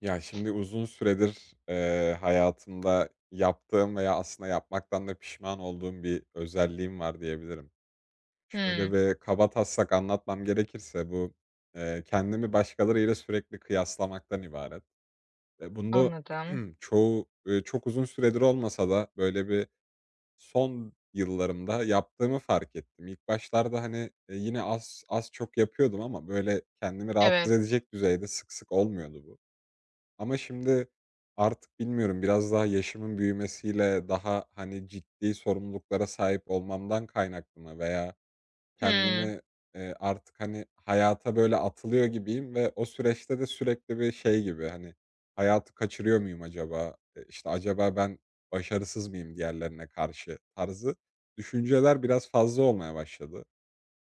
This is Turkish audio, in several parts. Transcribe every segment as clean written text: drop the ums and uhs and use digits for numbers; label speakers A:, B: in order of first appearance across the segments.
A: Ya, şimdi uzun süredir, hayatımda yaptığım veya aslında yapmaktan da pişman olduğum bir özelliğim var diyebilirim. Şöyle
B: Hımm,
A: bir kaba taslak anlatmam gerekirse bu, kendimi başkalarıyla sürekli kıyaslamaktan ibaret ve bunda
B: anladım.
A: çoğu, çok uzun süredir olmasa da böyle bir son yıllarımda yaptığımı fark ettim. İlk başlarda, hani, yine az çok yapıyordum ama böyle kendimi
B: Evet.
A: rahatsız edecek düzeyde sık sık olmuyordu bu. Ama şimdi artık bilmiyorum, biraz daha yaşımın büyümesiyle daha, hani, ciddi sorumluluklara sahip olmamdan kaynaklı mı veya
B: Hımm,
A: kendimi, artık, hani, hayata böyle atılıyor gibiyim ve o süreçte de sürekli bir şey gibi, hani, hayatı kaçırıyor muyum acaba? İşte, acaba ben başarısız mıyım diğerlerine karşı tarzı düşünceler biraz fazla olmaya başladı.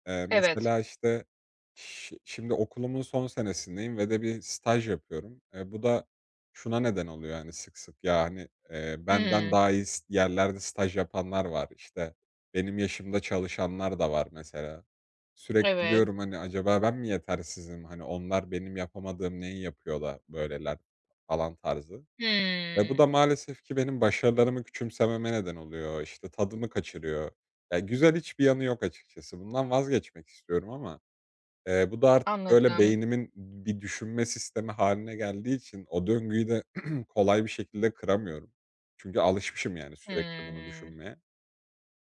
B: evet.
A: Mesela, işte, şimdi okulumun son senesindeyim ve de bir staj yapıyorum. Bu da şuna neden oluyor, yani sık sık, ya, hani, benden
B: Hımm,
A: daha iyi yerlerde staj yapanlar var, İşte benim yaşımda çalışanlar da var mesela. Sürekli
B: evet.
A: diyorum, hani, acaba ben mi yetersizim, hani, onlar benim yapamadığım neyi yapıyor da böyleler falan tarzı. Ve bu
B: Hımm,
A: da maalesef ki benim başarılarımı küçümsememe neden oluyor, işte, tadımı kaçırıyor. Ya, güzel hiçbir yanı yok açıkçası. Bundan vazgeçmek istiyorum ama, bu da artık, böyle,
B: anladım.
A: beynimin bir düşünme sistemi haline geldiği için o döngüyü de kolay bir şekilde kıramıyorum. Çünkü alışmışım, yani, sürekli bunu
B: Hımm,
A: düşünmeye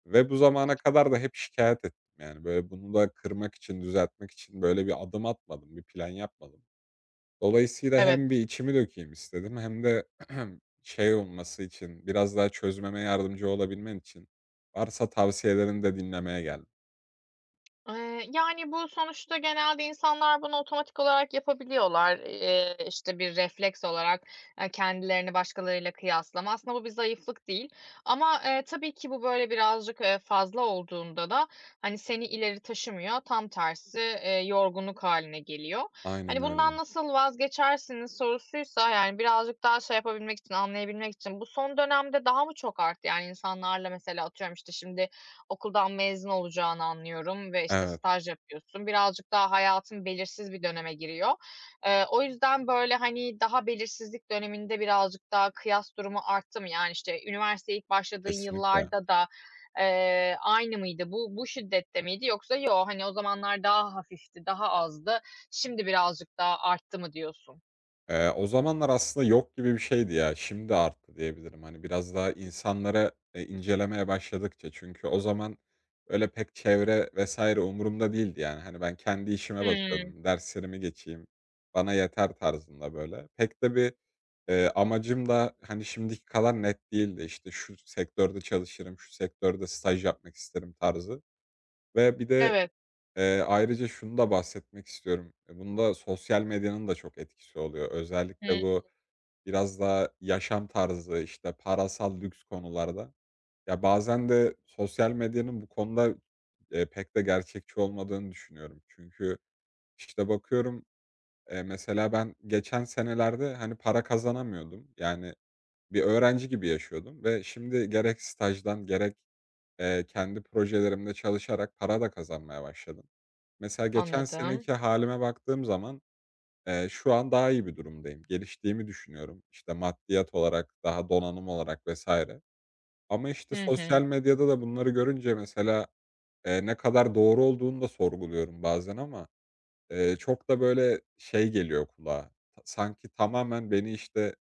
A: ve bu zamana kadar da hep şikayet ettim. Yani, böyle, bunu da kırmak için, düzeltmek için, böyle, bir adım atmadım, bir plan yapmadım. Dolayısıyla
B: evet.
A: hem bir içimi dökeyim istedim hem de şey olması için, biraz daha çözmeme yardımcı olabilmen için varsa tavsiyelerini de dinlemeye geldim.
B: Yani, bu sonuçta genelde insanlar bunu otomatik olarak yapabiliyorlar. İşte, bir refleks olarak, kendilerini başkalarıyla kıyaslama. Aslında bu bir zayıflık değil ama, tabii ki bu böyle birazcık, fazla olduğunda da, hani, seni ileri taşımıyor, tam tersi, yorgunluk hâline geliyor. Hani,
A: Aynen
B: bundan
A: öyle.
B: nasıl vazgeçersiniz sorusuysa, yani, birazcık daha şey yapabilmek için, anlayabilmek için bu son dönemde daha mı çok arttı? Yani, insanlarla mesela atıyorum, işte, şimdi okuldan mezun olacağını anlıyorum ve, işte,
A: Evet,
B: staj yapıyorsun. Birazcık daha hayatın belirsiz bir döneme giriyor. O yüzden, böyle, hani, daha belirsizlik döneminde birazcık daha kıyas durumu arttı mı? Yani, işte, üniversiteye ilk başladığın
A: kesinlikle.
B: yıllarda da, aynı mıydı? Bu şiddette miydi yoksa yo, hani, o zamanlar daha hafifti, daha azdı, şimdi birazcık daha arttı mı diyorsun?
A: O zamanlar aslında yok gibi bir şeydi ya. Şimdi arttı diyebilirim. Hani, biraz daha insanlara incelemeye başladıkça çünkü o zaman öyle pek çevre vesaire umurumda değildi yani. Hani, ben kendi işime
B: Hımm.
A: bakıyordum. Derslerimi geçeyim, bana yeter tarzında böyle. Pek de bir, amacım da, hani, şimdiki kadar net değildi. İşte, şu sektörde çalışırım, şu sektörde staj yapmak isterim tarzı ve bir de
B: Evet.
A: Ayrıca şunu da bahsetmek istiyorum. E, bunda sosyal medyanın da çok etkisi oluyor. Özellikle
B: Hımm.
A: bu biraz daha yaşam tarzı, işte, parasal lüks konularda. Ya, bazen de sosyal medyanın bu konuda, pek de gerçekçi olmadığını düşünüyorum. Çünkü, işte, bakıyorum, mesela ben geçen senelerde, hani, para kazanamıyordum. Yani bir öğrenci gibi yaşıyordum ve şimdi gerek stajdan gerek, kendi projelerimde çalışarak para da kazanmaya başladım. Mesela geçen
B: Anladım.
A: seneki halime baktığım zaman, şu an daha iyi bir durumdayım. Geliştiğimi düşünüyorum. İşte, maddiyat olarak, daha donanım olarak vesaire. Ama, işte,
B: Hı
A: sosyal
B: hı.
A: medyada da bunları görünce mesela, ne kadar doğru olduğunu da sorguluyorum bazen ama, çok da, böyle, şey geliyor kulağa, ta sanki tamamen beni, işte,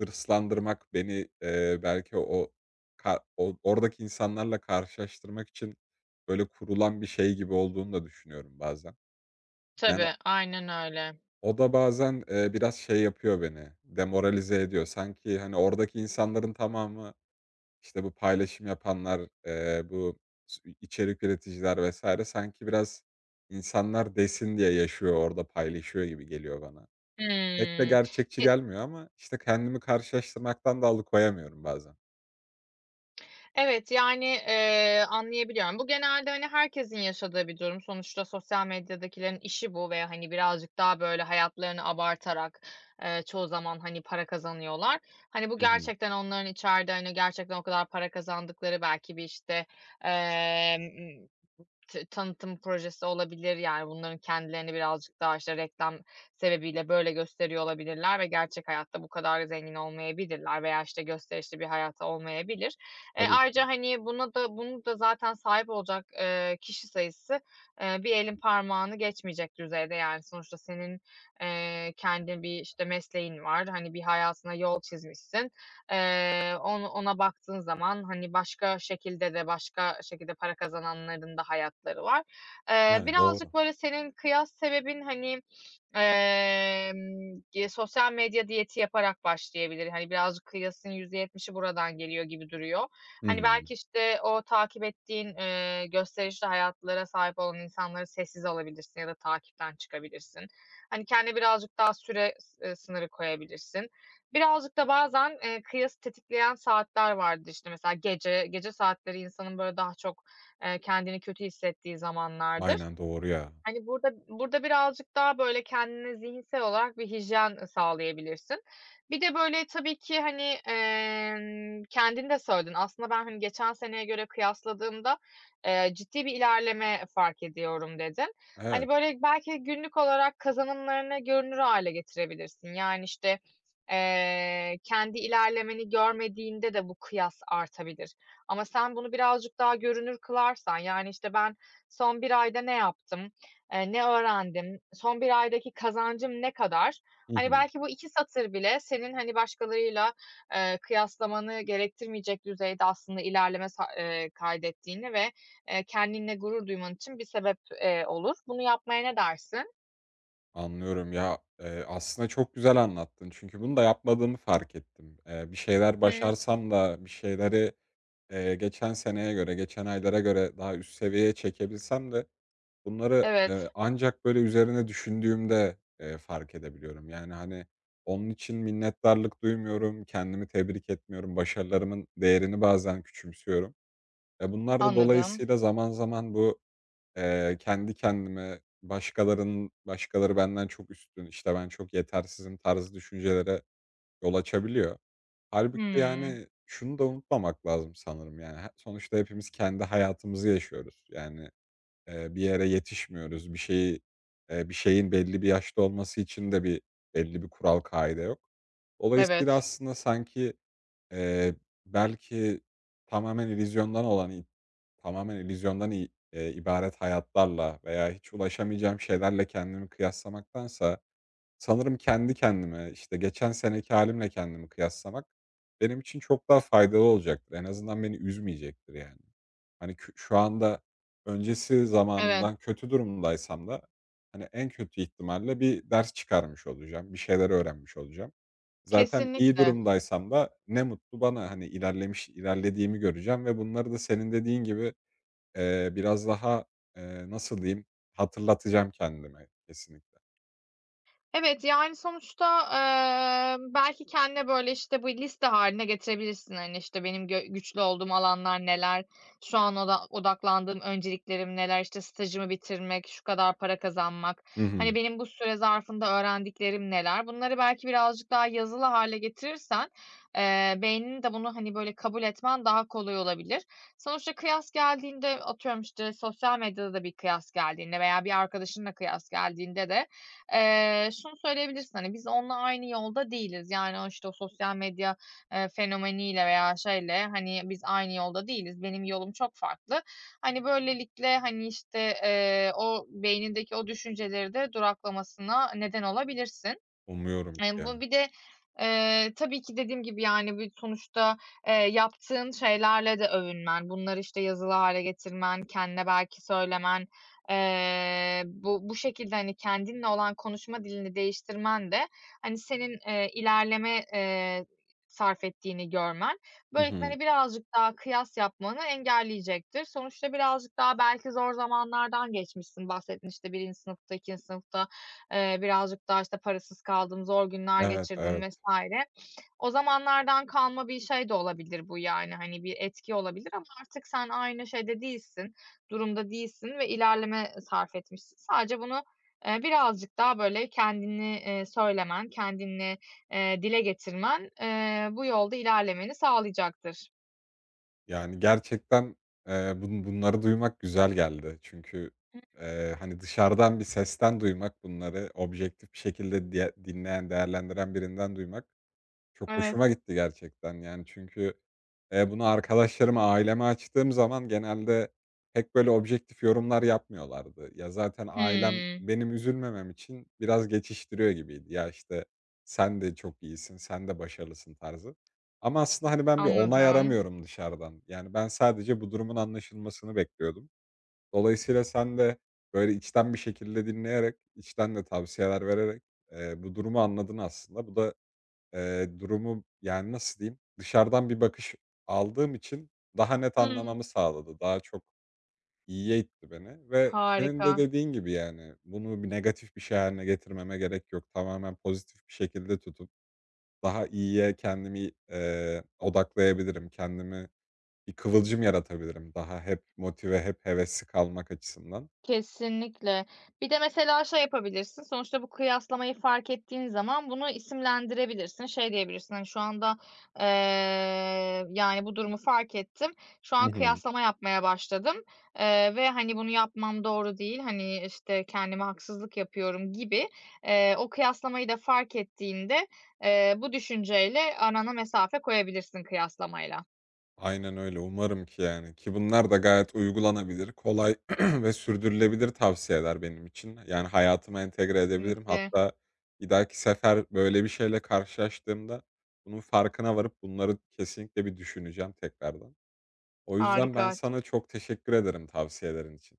A: hırslandırmak, beni, belki o ka o oradaki insanlarla karşılaştırmak için, böyle, kurulan bir şey gibi olduğunu da düşünüyorum bazen. Yani
B: Tabii, aynen öyle.
A: o da bazen, biraz şey yapıyor beni, demoralize ediyor. Sanki, hani, oradaki insanların tamamı, işte, bu paylaşım yapanlar, bu içerik üreticiler vesaire, sanki biraz insanlar desin diye yaşıyor, orada paylaşıyor gibi geliyor bana. Pek de
B: Hımm.
A: gerçekçi
B: Ke
A: gelmiyor ama, işte, kendimi karşılaştırmaktan da alıkoyamıyorum bazen.
B: Evet, yani, anlayabiliyorum. Bu genelde, hani, herkesin yaşadığı bir durum. Sonuçta sosyal medyadakilerin işi bu ve, hani, birazcık daha, böyle, hayatlarını abartarak, çoğu zaman, hani, para kazanıyorlar. Hani, bu
A: Hı hı.
B: gerçekten onların içeride, hani, gerçekten o kadar para kazandıkları belki bir, işte, emm, tanıtım projesi olabilir, yani, bunların kendilerini birazcık daha, işte, reklam sebebiyle böyle gösteriyor olabilirler ve gerçek hayatta bu kadar zengin olmayabilirler veya, işte, gösterişli bir hayatı olmayabilir.
A: Tabii
B: Ayrıca,
A: ki.
B: hani, buna da bunu da zaten sahip olacak, kişi sayısı, bir elin parmağını geçmeyecek düzeyde. Yani, sonuçta senin, kendi bir, işte, mesleğin var, hani, bir hayatına yol çizmişsin. E, ona baktığın zaman, hani, başka şekilde para kazananların da hayatları var.
A: Yani,
B: Birazcık
A: doğru.
B: böyle senin kıyas sebebin, hani, sosyal medya diyeti yaparak başlayabilir. Hani, birazcık kıyasın %70'i buradan geliyor gibi duruyor.
A: Hı
B: Hani,
A: hı.
B: belki, işte, o takip ettiğin, gösterişli hayatlara sahip olan insanları sessiz alabilirsin ya da takipten çıkabilirsin. Hani, kendine birazcık daha sınırı koyabilirsin. Birazcık da bazen, kıyası tetikleyen saatler vardır. İşte, mesela gece saatleri insanın, böyle, daha çok, kendini kötü hissettiği zamanlardır.
A: Aynen, doğru ya.
B: Hani, burada birazcık daha, böyle, kendine zihinsel olarak bir hijyen sağlayabilirsin. Bir de, böyle, tabii ki, hani, kendin de söyledin. Aslında ben, hani, geçen seneye göre kıyasladığımda, "Ciddi bir ilerleme fark ediyorum." dedin. Hani,
A: Evet.
B: böyle, belki günlük olarak kazanımlarını görünür hale getirebilirsin. Yani, işte, kendi ilerlemeni görmediğinde de bu kıyas artabilir. Ama sen bunu birazcık daha görünür kılarsan, yani, işte, "Ben son bir ayda ne yaptım? Ne öğrendim, son bir aydaki kazancım ne kadar?"
A: Hı
B: Hani,
A: hı.
B: belki bu 2 satır bile senin, hani, başkalarıyla, kıyaslamanı gerektirmeyecek düzeyde aslında ilerleme sa kaydettiğini ve, kendinle gurur duyman için bir sebep, olur. Bunu yapmaya ne dersin?
A: Anlıyorum ya, aslında çok güzel anlattın çünkü bunu da yapmadığımı fark ettim. Bir şeyler
B: Hı,
A: başarsam da bir şeyleri, geçen seneye göre, geçen aylara göre daha üst seviyeye çekebilsem de bunları,
B: evet,
A: ancak böyle üzerine düşündüğümde, fark edebiliyorum. Yani, hani, onun için minnettarlık duymuyorum, kendimi tebrik etmiyorum, başarılarımın değerini bazen küçümsüyorum. E, bunlar da
B: anladım.
A: dolayısıyla zaman zaman bu kendi kendime başkaları benden çok üstün, işte, ben çok yetersizim tarzı düşüncelere yol açabiliyor. Halbuki
B: Hımm,
A: yani, şunu da unutmamak lazım sanırım, yani, sonuçta hepimiz kendi hayatımızı yaşıyoruz. Yani, bir yere yetişmiyoruz. Bir şeyi, bir şeyin belli bir yaşta olması için de belli bir kural, kaide yok. Dolayısıyla
B: evet,
A: aslında sanki Eee, belki tamamen illüzyondan olan i tamamen illüzyondan i ibaret hayatlarla veya hiç ulaşamayacağım şeylerle kendimi kıyaslamaktansa sanırım kendi kendime, işte, geçen seneki halimle kendimi kıyaslamak benim için çok daha faydalı olacaktır. En azından beni üzmeyecektir yani. Hani, şu anda öncesi
B: evet,
A: zamanımdan kötü durumdaysam da, hani, en kötü ihtimalle bir ders çıkarmış olacağım, bir şeyler öğrenmiş olacağım. Zaten iyi
B: kesinlikle.
A: durumdaysam da ne mutlu bana, hani, ilerlediğimi göreceğim ve bunları da senin dediğin gibi, biraz daha, nasıl diyeyim, hatırlatacağım kendime kesinlikle.
B: Evet, yani, sonuçta, belki kendine, böyle, işte, bu liste haline getirebilirsin. Hani, işte, benim güçlü olduğum alanlar neler, şu an odaklandığım önceliklerim neler, işte, stajımı bitirmek, şu kadar para kazanmak,
A: Hı hı.
B: hani, benim bu süre zarfında öğrendiklerim neler? Bunları belki birazcık daha yazılı hale getirirsen, beyninin de bunu, hani, böyle, kabul etmen daha kolay olabilir. Sonuçta kıyas geldiğinde, atıyorum, işte, sosyal medyada da bir kıyas geldiğinde veya bir arkadaşınla kıyas geldiğinde de şunu söyleyebilirsin, hani, biz onunla aynı yolda değiliz. Yani, o, işte, o sosyal medya, fenomeniyle veya şeyle, hani, biz aynı yolda değiliz. Benim yolum çok farklı. Hani, böylelikle, hani, işte, o beynindeki o düşünceleri de duraklamasına neden olabilirsin.
A: Umuyorum ki ya.
B: Bu bir de, tabii ki dediğim gibi, yani, bir sonuçta, yaptığın şeylerle de övünmen, bunları, işte, yazılı hale getirmen, kendine belki söylemen, bu şekilde, hani, kendinle olan konuşma dilini değiştirmen de, hani, senin, ilerleme, sarf ettiğini görmen,
A: Hı
B: böylelikle,
A: hı.
B: hani, birazcık daha kıyas yapmanı engelleyecektir. Sonuçta birazcık daha belki zor zamanlardan geçmişsin. Bahsettin, işte, birinci sınıfta, ikinci sınıfta birazcık daha, işte, parasız kaldım, zor günler
A: Evet,
B: geçirdim
A: evet.
B: vs. O zamanlardan kalma bir şey de olabilir bu yani, hani, bir etki olabilir ama artık sen aynı şeyde değilsin, durumda değilsin ve ilerleme sarf etmişsin. Sadece bunu, birazcık daha, böyle, kendini, söylemen, kendini, dile getirmen, bu yolda ilerlemeni sağlayacaktır.
A: Yani gerçekten, bunları duymak güzel geldi. Çünkü, hani, dışarıdan bir sesten duymak bunları, objektif bir şekilde diye dinleyen, değerlendiren birinden duymak çok hoşuma
B: Evet.
A: gitti gerçekten. Yani çünkü bunu arkadaşlarıma, aileme açtığım zaman genelde pek böyle objektif yorumlar yapmıyorlardı. Ya, zaten ailem
B: Hımm,
A: benim üzülmemem için biraz geçiştiriyor gibiydi. "Ya, işte, sen de çok iyisin, sen de başarılısın." tarzı. Ama aslında, hani, ben bir onay
B: anladım.
A: aramıyorum dışarıdan. Yani, ben sadece bu durumun anlaşılmasını bekliyordum. Dolayısıyla sen de böyle içten bir şekilde dinleyerek, içten de tavsiyeler vererek, bu durumu anladın aslında. Bu da durumu, yani, nasıl diyeyim, dışarıdan bir bakış aldığım için daha net
B: Hımm,
A: anlamamı sağladı. Daha çok iyiye itti beni ve senin de
B: harika.
A: dediğin gibi, yani, bunu bir negatif bir şey hâline getirmeme gerek yok. Tamamen pozitif bir şekilde tutup daha iyiye kendimi, odaklayabilirim. Kendimi bir kıvılcım yaratabilirim daha hep motive, hep hevesli kalmak açısından.
B: Kesinlikle. Bir de mesela şey yapabilirsin, sonuçta bu kıyaslamayı fark ettiğin zaman bunu isimlendirebilirsin. Şey diyebilirsin, hani, "Şu anda, yani, bu durumu fark ettim. Şu
A: Hı
B: an
A: hı.
B: kıyaslama yapmaya başladım, ve, hani, bunu yapmam doğru değil. Hani, işte, kendime haksızlık yapıyorum." gibi, o kıyaslamayı da fark ettiğinde, bu düşünceyle arana mesafe koyabilirsin kıyaslamayla.
A: Aynen öyle. Umarım ki yani ki bunlar da gayet uygulanabilir, kolay ve sürdürülebilir tavsiyeler benim için. Yani hayatıma entegre edebilirim.
B: Kesinlikle.
A: Hatta bir dahaki sefer böyle bir şeyle karşılaştığımda bunun farkına varıp bunları kesinlikle bir düşüneceğim tekrardan. O yüzden
B: Harika.
A: ben sana çok teşekkür ederim tavsiyelerin için.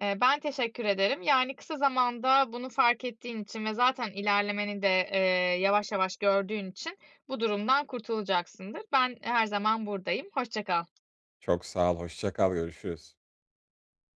B: Ben teşekkür ederim. Yani, kısa zamanda bunu fark ettiğin için ve zaten ilerlemeni de, yavaş yavaş gördüğün için bu durumdan kurtulacaksındır. Ben her zaman buradayım. Hoşça kal.
A: Çok sağ ol. Hoşça kal. Görüşürüz.